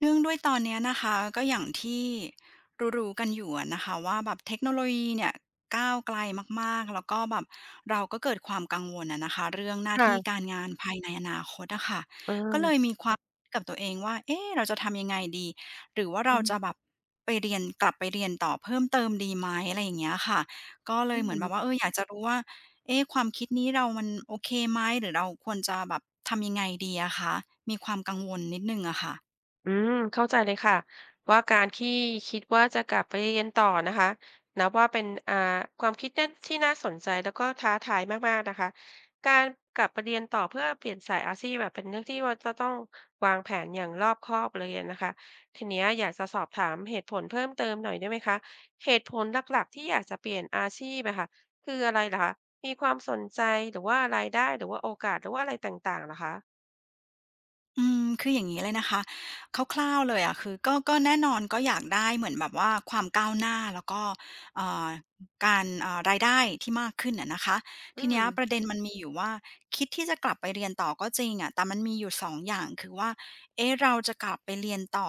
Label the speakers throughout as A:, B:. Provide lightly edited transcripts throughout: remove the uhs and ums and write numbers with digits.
A: เนื่องด้วยตอนเนี้ยนะคะก็อย่างที่รู้ๆกันอยู่อะนะคะว่าแบบเทคโนโลยีเนี่ยก้าวไกลมากๆแล้วก็แบบเราก็เกิดความกังวลอะนะคะเรื่องหน้าที่กา
B: ค่ะ
A: รงานภายในอนาคตอะค่ะ
B: เออ
A: ก็เลยมีความกับตัวเองว่าเอ๊ะเราจะทำยังไงดีหรือว่า
B: อื
A: เรา
B: อ
A: จะแบบไปเรียนกลับไปเรียนต่อเพิ่มเติมดีไหมอะไรอย่างเงี้ยค่ะก็เล
B: อื
A: ยเหมือนแบบว่า
B: ม
A: เอออยากจะรู้ว่าเอ๊ะความคิดนี้เรามันโอเคไหมหรือเราควรจะแบบทำยังไงดีอะคะมีความกังวลนิดหนึ่งอะค่ะ
B: เข้าใจเลยค่ะว่าการที่คิดว่าจะกลับไปเรียนต่อนะคะนับว่าเป็นความคิดเนี่ยที่น่าสนใจแล้วก็ท้าทายมากๆนะคะการกลับไปเรียนต่อเพื่อเปลี่ยนสายอาชีพอะเป็นเรื่องที่ว่าจะต้องวางแผนอย่างรอบคอบเลยอะนะคะทีเนี้ยอยากจะสอบถามเหตุผลเพิ่มเติมหน่อยได้ไหมคะเหตุผลหลักๆที่อยากจะเปลี่ยนอาชีพอะค่ะคืออะไรเหรอคะมีความสนใจหรือว่ารายได้หรือว่าโอกาสหรือว่าอะไรต่างๆเหรอคะ
A: อืมคืออย่างนี้เลยนะคะคร่าวๆเลยอะคือก็แน่นอนก็อยากได้เหมือนแบบว่าความก้าวหน้าแล้วก็เอ่อการรายได้ที่มากขึ้นอะนะคะ
B: อื
A: ทีเนี้
B: ม
A: ยประเด็นมันมีอยู่ว่าคิดที่จะกลับไปเรียนต่อก็จริงอะแต่มันมีอยู่2องอย่างคือว่าเอ๊ะเราจะกลับไปเรียนต่อ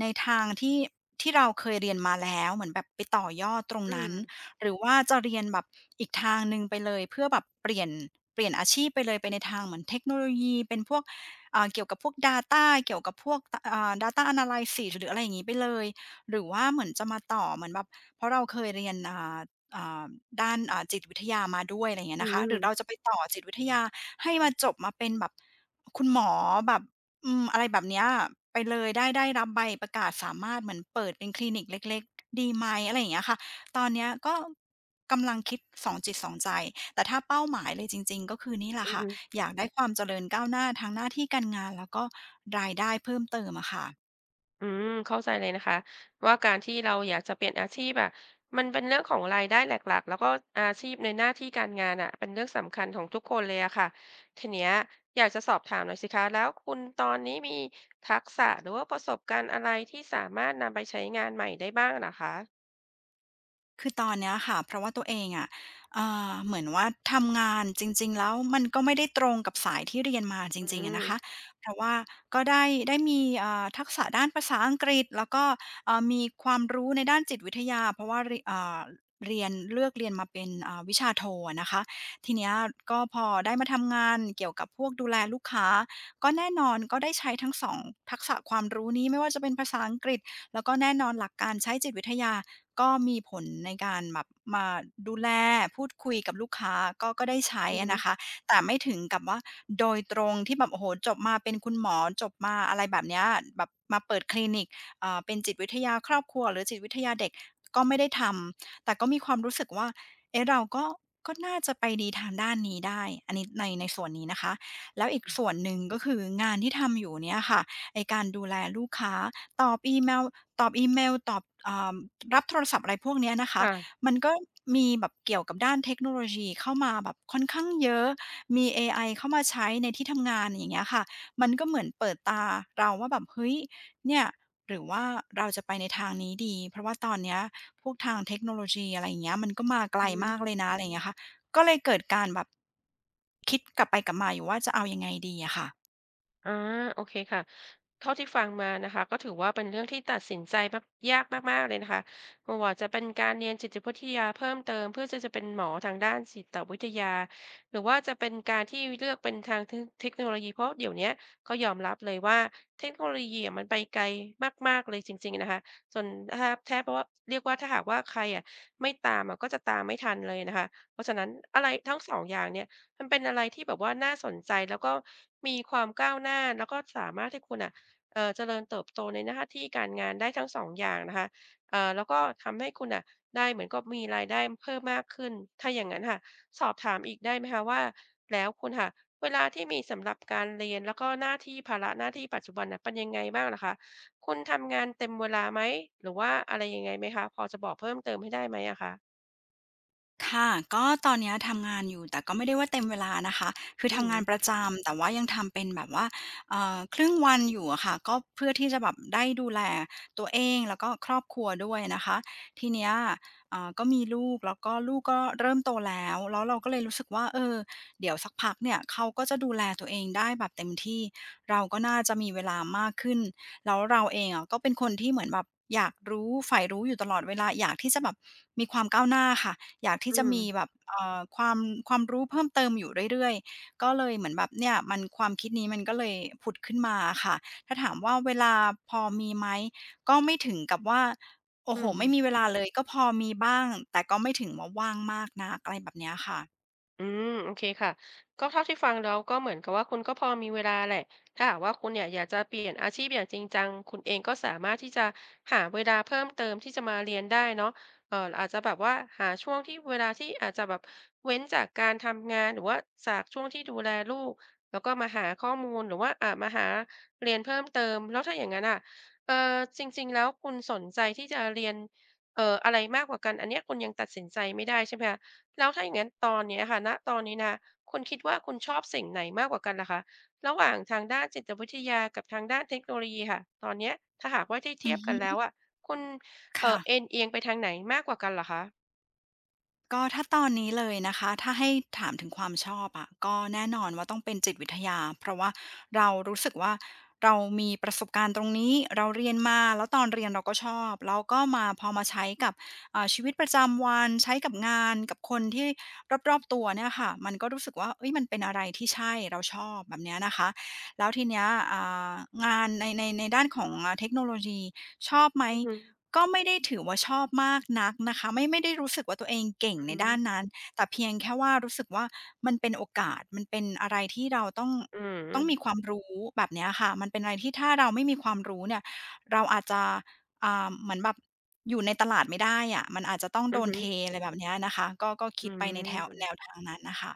A: ในทางที่เราเคยเรียนมาแล้วเหมือนแบบไปต่อยอดตรง
B: อื
A: นั้น
B: ม
A: หรือว่าจะเรียนแบบอีกทางหนึ่งไปเลยเพื่อแบบเปลี่ยนอาชีพไปเลยไปในทางเหมือนเทคโนโลยีเป็นพวก เกี่ยวกับพวก data เกี่ยวกับพวกตอ่า data analysis หรืออะไรอย่างนี้ไปเลยหรือว่าเหมือนจะมาต่อเหมือนแบบเพราะเราเคยเรียนอ่าด้านจิตวิทยามาด้วยอะไรอย่างเงี้
B: อื
A: ยนะคะห
B: ม
A: รือเราจะไปต่อจิตวิทยาให้มาจบมาเป็นแบบคุณหมอแบบอืมอะไรแบบเนี้ยไปเลยได้รับใบประกาศสามารถเหมือนเปิดเป็นคลินิกเล็กๆดีไหมอะไรอย่างเงี้ยค่ะตอนเนี้ยก็กำลังคิดสองจิตสองใจแต่ถ้าเป้าหมายเลยจริงๆก็คือนี่แหละ
B: อือ
A: ค่ะ
B: ฮึ
A: อยากได้ความเจริญก้าวหน้าทางหน้าที่การงานแล้วก็รายได้เพิ่มเติมอะค่ะ
B: อืม เข้าใจเลยนะคะว่าการที่เราอยากจะเปลี่ยนอาชีพอะมันเป็นเรื่องของรายได้หลักๆแล้วก็อาชีพในหน้าที่การงานอะเป็นเรื่องสำคัญของทุกคนเลยอะค่ะทีเนี้ยอยากจะสอบถามหน่อยสิคะแล้วคุณตอนนี้มีทักษะหรือว่าประสบการณ์อะไรที่สามารถนำไปใช้งานใหม่ได้บ้างเหรอคะ
A: คือตอนเนี้ยค่ะเพราะว่าตัวเองอะเอ่าเหมือนว่าทำงานจริงๆแล้วมันก็ไม่ได้ตรงกับสายที่เรียนมาจ
B: อื
A: ริงๆอะ
B: ม
A: นะคะเพราะว่าก็ได้มีเอ่าทักษะด้านภาษาอังกฤษแล้วก็มีความรู้ในด้านจิตวิทยาเพราะว่าเรเอ่าเรียนเลือกเรียนมาเป็นวิชาโทอะนะคะทีเนี้ยก็พอได้มาทำงานเกี่ยวกับพวกดูแลลูกค้าก็แน่นอนก็ได้ใช้ทั้ง2ทักษะความรู้นี้ไม่ว่าจะเป็นภาษาอังกฤษ แล้วก็แน่นอนหลักการใช้จิตวิทยาก็มีผลในการแบบมาดูแลพูดคุยกับลูกค้าก็ได้ใช้
B: อือ
A: อะ
B: ฮึ
A: นะคะแต่ไม่ถึงกับว่าโดยตรงที่แบบโอ้โหจบมาเป็นคุณหมอจบมาอะไรแบบเนี้ยแบบมาเปิดคลินิกเป็นจิตวิทยาครอบครัวหรือจิตวิทยาเด็กก็ไม่ได้ทำแต่ก็มีความรู้สึกว่าเอ๊ะเราก็น่าจะไปดีทางด้านนี้ได้อันนี้ในส่วนนี้นะคะแล้วอีกส่วนหนึ่งก็คืองานที่ทำอยู่เนี่ยค่ะไอ้การดูแลลูกค้า ตอบอีเมลตอบอีเมลตอบอ่ารับโทรศัพท์อะไรพวกเนี้ยนะคะ
B: ค่ะ
A: มันก็มีแบบเกี่ยวกับด้านเทคโนโลยีเข้ามาแบบค่อนข้างเยอะมีเอไอเข้ามาใช้ในที่ทำงานอย่างเงี้ยค่ะมันก็เหมือนเปิดตาเราว่าแบบเฮ้ยเนี่ยหรือว่าเราจะไปในทางนี้ดีเพราะว่าตอนเนี้ยพวกทางเทคโนโลยีอะไรอย่างเงี้ยมันก็มาไกล
B: อือ
A: มาก
B: ฮึ
A: เลยนะอะไรอย่างเงี้ยค่ะก็เลยเกิดการแบบคิดกลับไปกลับมาอยู่ว่าจะเอายังไงดีอะค่ะ
B: อาโอเคค่ะเท่าที่ฟังมานะคะก็ถือว่าเป็นเรื่องที่ตัดสินใจมากยากมากๆเลยนะคะไม่ว่าจะเป็นการเรียนจิตวิทยาเพิ่มเติมเพื่อจะเป็นหมอทางด้านจิตวิทยาหรือว่าจะเป็นการที่เลือกเป็นทางเทคโนโลยีเพราะเดี๋ยวเนี้ยก็ยอมรับเลยว่าเทคโนโลยีอะมันไปไกลมากๆเลยจริงๆนะคะจนถ้าแทบว่าเรียกว่าถ้าหากว่าใครอะไม่ตามอะก็จะตามไม่ทันเลยนะคะเพราะฉะนั้นอะไรทั้งสองอย่างเนี่ย มันเป็นอะไรที่แบบว่าน่าสนใจแล้วก็มีความก้าวหน้าแล้วก็สามารถให้คุณน่ะเจริญเติบโตในหน้าที่การงานได้ทั้ง2องอย่างนะคะแล้วก็ทำให้คุณน่ะได้เหมือนกับมีรายได้เพิ่มมากขึ้นถ้าอย่างงั้นค่ะสอบถามอีกได้ไหมคะว่าแล้วคุณค่ะเวลาที่มีสำหรับการเรียนแล้วก็หน้าที่ภาระหน้าที่ปัจจุบันน่ะเป็นยังไงบ้างล่ะคะคุณทำงานเต็มเวลาไหมหรือว่าอะไรยังไงไหมคะพอจะบอกเพิ่มเติมให้ได้ไหมอะคะ
A: ค่ะก็ตอนเนี้ยทำงานอยู่แต่ก็ไม่ได้ว่าเต็มเวลานะคะคือ
B: อือ
A: ทำ
B: ฮึ
A: งานประจำแต่ว่ายังทำเป็นแบบว่าครึ่งวันอยู่อะค่ะก็เพื่อที่จะแบบได้ดูแลตัวเองแล้วก็ครอบครัวด้วยนะคะทีเนี้ยก็มีลูกแล้วก็ลูกก็เริ่มโตแล้วแล้วเราก็เลยรู้สึกว่าเออเดี๋ยวสักพักเนี่ยเขาก็จะดูแลตัวเองได้แบบเต็มที่เราก็น่าจะมีเวลามากขึ้นแล้วเราเองอะก็เป็นคนที่เหมือนแบบอยากรู้ใฝ่รู้อยู่ตลอดเวลาอยากที่จะแบบมีความก้าวหน้าค่ะ อยาก
B: อื
A: ที่จะ
B: ม
A: มีแบบความรู้เพิ่มเติมอยู่เรื่อยๆก็เลยเหมือนแบบเนี่ยมันความคิดนี้มันก็เลยผุดขึ้นมาค่ะถ้าถามว่าเวลาพอมีไหมก็ไม่ถึงกับว่าโอ้
B: อื
A: โห
B: ม
A: ไม่มีเวลาเลยก็พอมีบ้างแต่ก็ไม่ถึงว่าว่างมากนักอะไรแบบเนี้ยค่ะ
B: อืมโอเคค่ะก็เท่าที่ฟังแล้วก็เหมือนกับว่าคุณก็พอมีเวลาแหละถ้าหากว่าคุณเนี่ยอยากจะเปลี่ยนอาชีพอย่างจริงจังคุณเองก็สามารถที่จะหาเวลาเพิ่มเติมที่จะมาเรียนได้เนาะอาจจะแบบว่าหาช่วงที่เวลาที่อาจจะแบบเว้นจากการทำงานหรือว่าจากช่วงที่ดูแลลูกแล้วก็มาหาข้อมูลหรือว่ามาหาเรียนเพิ่มเติมแล้วถ้าอย่างนั้นอ่ะเอ่อจริงๆแล้วคุณสนใจที่จะเรียนอะไรมากกว่ากันอันเนี้ยคุณยังตัดสินใจไม่ได้ใช่ไหมคะ แล้วถ้าอย่างนั้นตอนเนี้ยค่ะณตอนนี้นะ คุณคิดว่าคุณชอบสิ่งไหนมากกว่ากันล่ะคะ ระหว่างทางด้านจิตวิทยากับทางด้านเทคโนโลยีค่ะตอนเนี้ยถ้าหากว่าได้
A: อื
B: เทีย
A: อ
B: บกันแล้
A: ฮึ
B: วอะคุณเอ
A: ค่ะ
B: นเอียงไปทางไหนมากกว่ากันเหรอคะ
A: ก็ถ้าตอนนี้เลยนะคะถ้าให้ถามถึงความชอบอะก็แน่นอนว่าต้องเป็นจิตวิทยาเพราะว่าเรารู้สึกว่าเรามีประสบการณ์ตรงนี้เราเรียนมาแล้วตอนเรียนเราก็ชอบแล้วก็มาพอมาใช้กับชีวิตประจำวันใช้กับงานกับคนที่รอบๆตัวเนี่ยค่ะมันก็รู้สึกว่าเฮ้ยมันเป็นอะไรที่ใช่เราชอบแบบเนี้ยนะคะแล้วทีเนี้ยอ่างานในด้านของเทคโนโลยีชอบไหม
B: อือฮึ
A: ก็ไม่ได้ถือว่าชอบมากนักนะคะไม่ได้รู้สึกว่าตัวเองเก่ง
B: อือ
A: ใน
B: ฮึ
A: ด้านนั้นแต่เพียงแค่ว่ารู้สึกว่ามันเป็นโอกาสมันเป็นอะไรที่เราต้อง
B: อืม
A: มีความรู้แบบเนี้ยค่ะมันเป็นอะไรที่ถ้าเราไม่มีความรู้เนี่ยเราอาจจะเหมือนแบบอยู่ในตลาดไม่ได้อะมันอาจจะต้อง
B: อื
A: โด
B: อ
A: น
B: ฮึ
A: เทอะไรแบบเนี้ยนะคะก็
B: อื
A: คิดไปในแถวแนว
B: ม
A: ทางนั้นน่ะค่ะ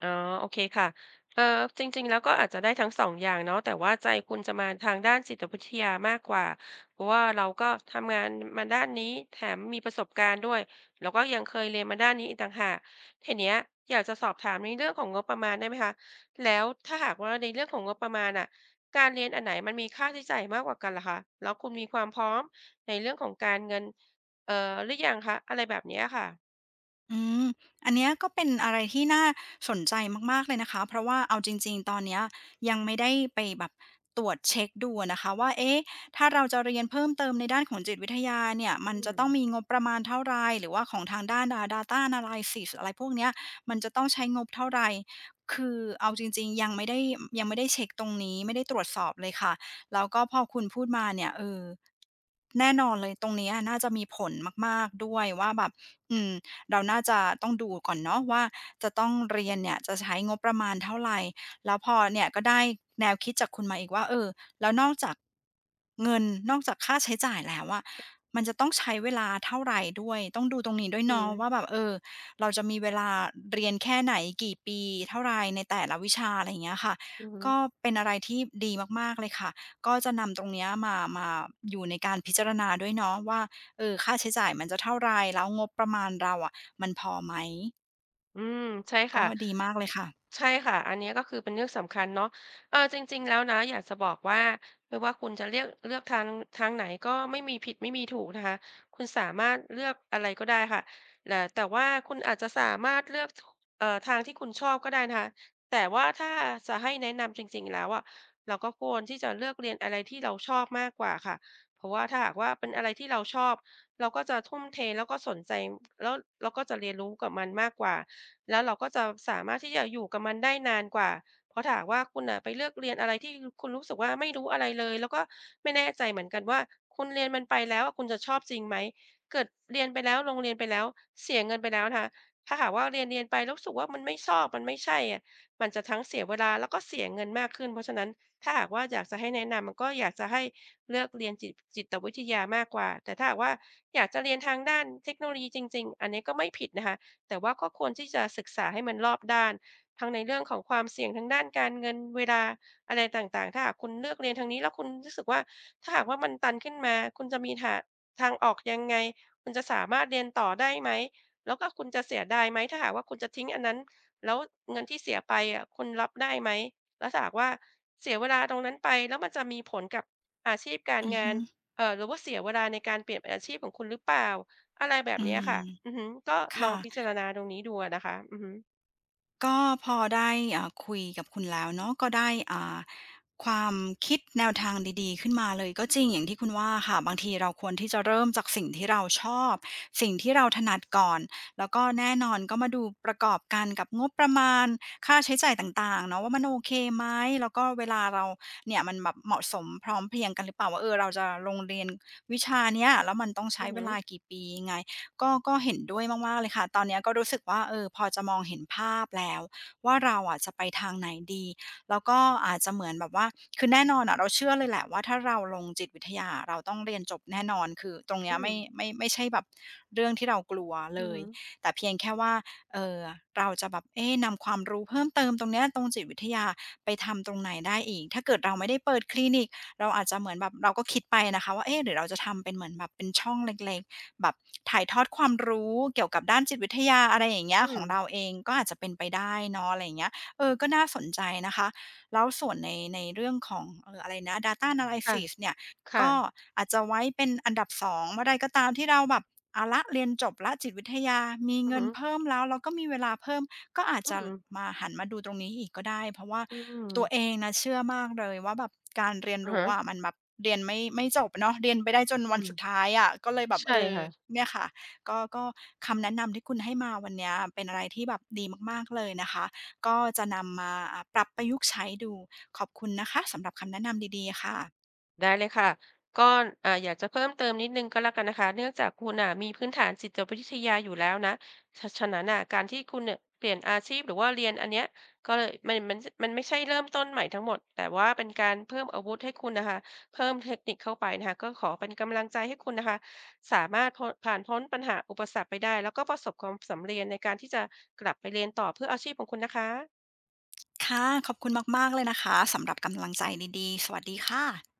B: อ๋อโอเคค่ะเอ่อจริงๆแล้วก็อาจจะได้ทั้ง2องอย่างเนาะแต่ว่าใจคุณจะมาทางด้านจิตวิทยามากกว่าเพราะว่าเราก็ทำงานมาด้านนี้แถมมีประสบการณ์ด้วยแล้วก็ยังเคยเรียนมาด้านนี้อีกต่างหากทีเนี้ยอยากจะสอบถามในเรื่องของงบประมาณได้ไหมคะแล้วถ้าหากว่าในเรื่องของงบประมาณน่ะการเรียนอันไหนมันมีค่าใช้จ่ายมากกว่ากันล่ะคะแล้วคุณมีความพร้อมในเรื่องของการเงินเอ่อหรือยังคะอะไรแบบเนี้ยค่ะ
A: อืมอันเนี้ยก็เป็นอะไรที่น่าสนใจมากๆเลยนะคะเพราะว่าเอาจริงๆตอนเนี้ยยังไม่ได้ไปแบบตรวจเช็คดูอะนะคะว่าเอ๊ะถ้าเราจะเรียนเพิ่มเติมในด้านของจิตวิทยาเนี่ยมัน
B: อื
A: จะ
B: ม
A: ต้องมีงบประมาณเท่าไรหรือว่าของทางด้านData Analysis อะไรพวกเนี้ยมันจะต้องใช้งบเท่าไรคือเอาจริงๆยังไม่ได้เช็กตรงนี้ไม่ได้ตรวจสอบเลยค่ะแล้วก็พอคุณพูดมาเนี่ยเออแน่นอนเลยตรงเนี้ยน่าจะมีผลมากๆด้วยว่าแบบอืม เราน่าจะต้องดูก่อนเนาะว่าจะต้องเรียนเนี่ยจะใช้งบประมาณเท่าไหรแล้วพอเนี่ยก็ได้แนวคิดจากคุณมาอีกว่าเออแล้วนอกจากเงินนอกจากค่าใช้จ่ายแล้วอะมันจะต้องใช้เวลาเท่าไรด้วยต้องดูตรงนี้ด้วย
B: อือ
A: เนาะ
B: ฮึ
A: ว่าแบบเออเราจะมีเวลาเรียนแค่ไหนกี่ปีเท่าไรในแต่ละวิชาอะไรอย่างเงี้ยค่ะ
B: อือฮึ
A: ก็เป็นอะไรที่ดีมากๆเลยค่ะก็จะนำตรงเนี้ยมาอยู่ในการพิจารณาด้วยเนาะว่า เออค่าใช้จ่ายมันจะเท่าไร แล้วงบประมาณเราอะมันพอไหม
B: อืมใช่ค่ะ
A: ก็ดีมากเลยค่ะ
B: ใช่ค่ะอันเนี้ยก็คือเป็นเรื่องสำคัญเนาะเออจริงๆแล้วนะอยากจะบอกว่าไม่ว่าคุณจะเลือกทางทางไหนก็ไม่มีผิดไม่มีถูกนะคะคุณสามารถเลือกอะไรก็ได้ค่ะแต่ว่าคุณอาจจะสามารถเลือกทางที่คุณชอบก็ได้นะคะแต่ว่าถ้าจะให้แนะนำจริงๆแล้วอะเราก็ควรที่จะเลือกเรียนอะไรที่เราชอบมากกว่าค่ะเพราะว่าถ้าหากว่าเป็นอะไรที่เราชอบเราก็จะทุ่มเทแล้วก็สนใจแล้วเราก็จะเรียนรู้กับมันมากกว่า แล้วเราก็จะสามารถที่จะอยู่กับมันได้นานกว่า เพราะถ้าหากว่าคุณน่ะไปเลือกเรียนอะไรที่คุณรู้สึกว่าไม่รู้อะไรเลยแล้วก็ไม่แน่ใจเหมือนกันว่าคุณเรียนมันไปแล้วอะคุณจะชอบจริงไหมเกิดเรียนไปแล้วลงเรียนไปแล้วเสียเงินไปแล้วนะคะถ้าหากว่าเรียนไปแล้วรู้สึกว่ามันไม่ชอบมันไม่ใช่อะมันจะทั้งเสียเวลาแล้วก็เสียเงินมากขึ้น เพราะฉะนั้นถ้าหากว่าอยากจะให้แนะนำก็อยากจะให้เลือกเรียนจิตวิทยามากกว่าแต่ถ้าหากว่าอยากจะเรียนทางด้านเทคโนโลยีจริงๆอันนี้ก็ไม่ผิดนะคะ แต่ว่าก็ควรที่จะศึกษาให้มันรอบด้านทั้งในเรื่องของความเสี่ยงทางด้านการเงินเวลาอะไรต่างๆ ถ้าหากคุณเลือกเรียนทางนี้แล้วคุณรู้สึกว่าถ้าหากว่ามันตันขึ้นมาคุณจะมีหาทางออกยังไงคุณจะสามารถเรียนต่อได้ไหมแล้วก็คุณจะเสียดายไหมถ้าหากว่าคุณจะทิ้งอันนั้นแล้วเงินที่เสียไปอะคุณรับได้ไหมแล้วถ้าหากว่าเสียเวลาตรงนั้นไปแล้วมันจะมีผลกับอาชีพการ
A: อือ
B: งาน
A: ฮึ
B: หรือว่าเสียเวลาในการเปลี่ยนอาชีพของคุณหรือเปล่า อะไรแบบ
A: อื
B: เนี้ย
A: ม
B: ค่ะอือฮึก็ล
A: ค่ะ
B: องพิจารณาตรงนี้ดูอะนะคะอือฮึ
A: ก็พอได้คุยกับคุณแล้วเนาะก็ได้อ่า ความคิดแนวทางดีๆขึ้นมาเลยก็จริงอย่างที่คุณว่าค่ะบางทีเราควรที่จะเริ่มจากสิ่งที่เราชอบสิ่งที่เราถนัดก่อนแล้วก็แน่นอนก็มาดูประกอบกันกับงบประมาณค่าใช้จ่ายต่างๆเนาะว่ามันโอเคไหมแล้วก็เวลาเราเนี่ยมันแบบเหมาะสมพร้อมเพรียงกันหรือเปล่าว่าเออเราจะลงเรียนวิชาเนี้ยแล้วมันต้อง
B: อื
A: ใช้
B: อ
A: เว
B: ฮึ
A: ลากี่ปียังไงก็เห็นด้วยมากๆเลยค่ะตอนเนี้ยก็รู้สึกว่าเออพอจะมองเห็นภาพแล้วว่าเราอะจะไปทางไหนดี แล้วก็อาจจะเหมือนแบบว่าคือแน่นอนอะเราเชื่อเลยแหละว่าถ้าเราลงจิตวิทยาเราต้องเรียนจบแน่นอนคือตรงเนี้
B: อื
A: ย
B: ม
A: ไม่ใช่แบบเรื่องที่เรากลัว
B: อื
A: เล
B: อฮึ
A: ยแต่เพียงแค่ว่าเอ่อเราจะแบบเอ๊ะนำความรู้เพิ่มเติมตรงเนี้ยตรงจิตวิทยาไปทำตรงไหนได้อีกถ้าเกิดเราไม่ได้เปิดคลินิกเราอาจจะเหมือนแบบเราก็คิดไปนะคะว่าเอ๊ะหรือเราจะทำเป็นเหมือนแบบเป็นช่องเล็กๆแบบถ่ายทอดความรู้เกี่ยวกับด้านจิตวิทยาอะไรอย่างเงี้
B: อื
A: ยของ
B: ม
A: เราเองก็อาจจะเป็นไปได้เนาะอะไรอย่างเงี้ยเออก็น่าสนใจนะคะ แล้วส่วนในเรื่องของอะไรนะ Data
B: ค่ะ
A: Analysis เนี่ย
B: ค่ะ
A: ก็อาจจะไว้เป็นอันดับ2เมื่อใดก็ตามที่เราแบบเอาละเรียนจบแล้วจิตวิทยามี
B: อือ
A: เงิ
B: ฮึ
A: นเพิ่มแล้วแล้วก็มีเวลาเพิ่มก็อาจ
B: อื
A: จะ
B: ม
A: มาหันมาดูตรงนี้อีกก็ได้เพราะว่า
B: อื
A: ตัวเอ
B: ม
A: งนะเชื่อมากเลยว่าแบบการเรียน
B: อะ
A: รู้
B: ฮะ
A: อะมันแบบเรียนไม่จบเนาะเรียนไปได้จนวัน
B: อื
A: สุด
B: ม
A: ท้ายอะก็เลยแบบ
B: ใช่
A: เออ
B: ค่ะ
A: เนี่ยค่ะก็คำแนะนำที่คุณให้มาวันเนี้ยเป็นอะไรที่แบบดีมากๆเลยนะคะ ก็จะนำมาปรับประยุกต์ใช้ดูขอบคุณนะคะสำหรับคำแนะนำดีๆค่ะ
B: ได้เลยค่ะก็อยากจะเพิ่มเติมนิดนึงก็แล้วกันนะคะเนื่องจากคุณอ่ะมีพื้นฐานจิตวิทยาอยู่แล้วนะฉะนั้นอ่ะการที่คุณเนี่ยเปลี่ยนอาชีพหรือว่าเรียนอันเนี้ยก็เลยมันไม่ใช่เริ่มต้นใหม่ทั้งหมดแต่ว่าเป็นการเพิ่มอาวุธให้คุณนะคะเพิ่มเทคนิคเข้าไปนะคะก็ขอเป็นกำลังใจให้คุณนะคะสามารถพ้นผ่านพ้นปัญหาอุปสรรคไปได้แล้วก็ประสบความสำเร็จในการที่จะกลับไปเรียนต่อเพื่ออาชีพของคุณนะคะ
A: ค่ะขอบคุณมากๆเลยนะคะสำหรับกำลังใจดีๆสวัสดีค่ะ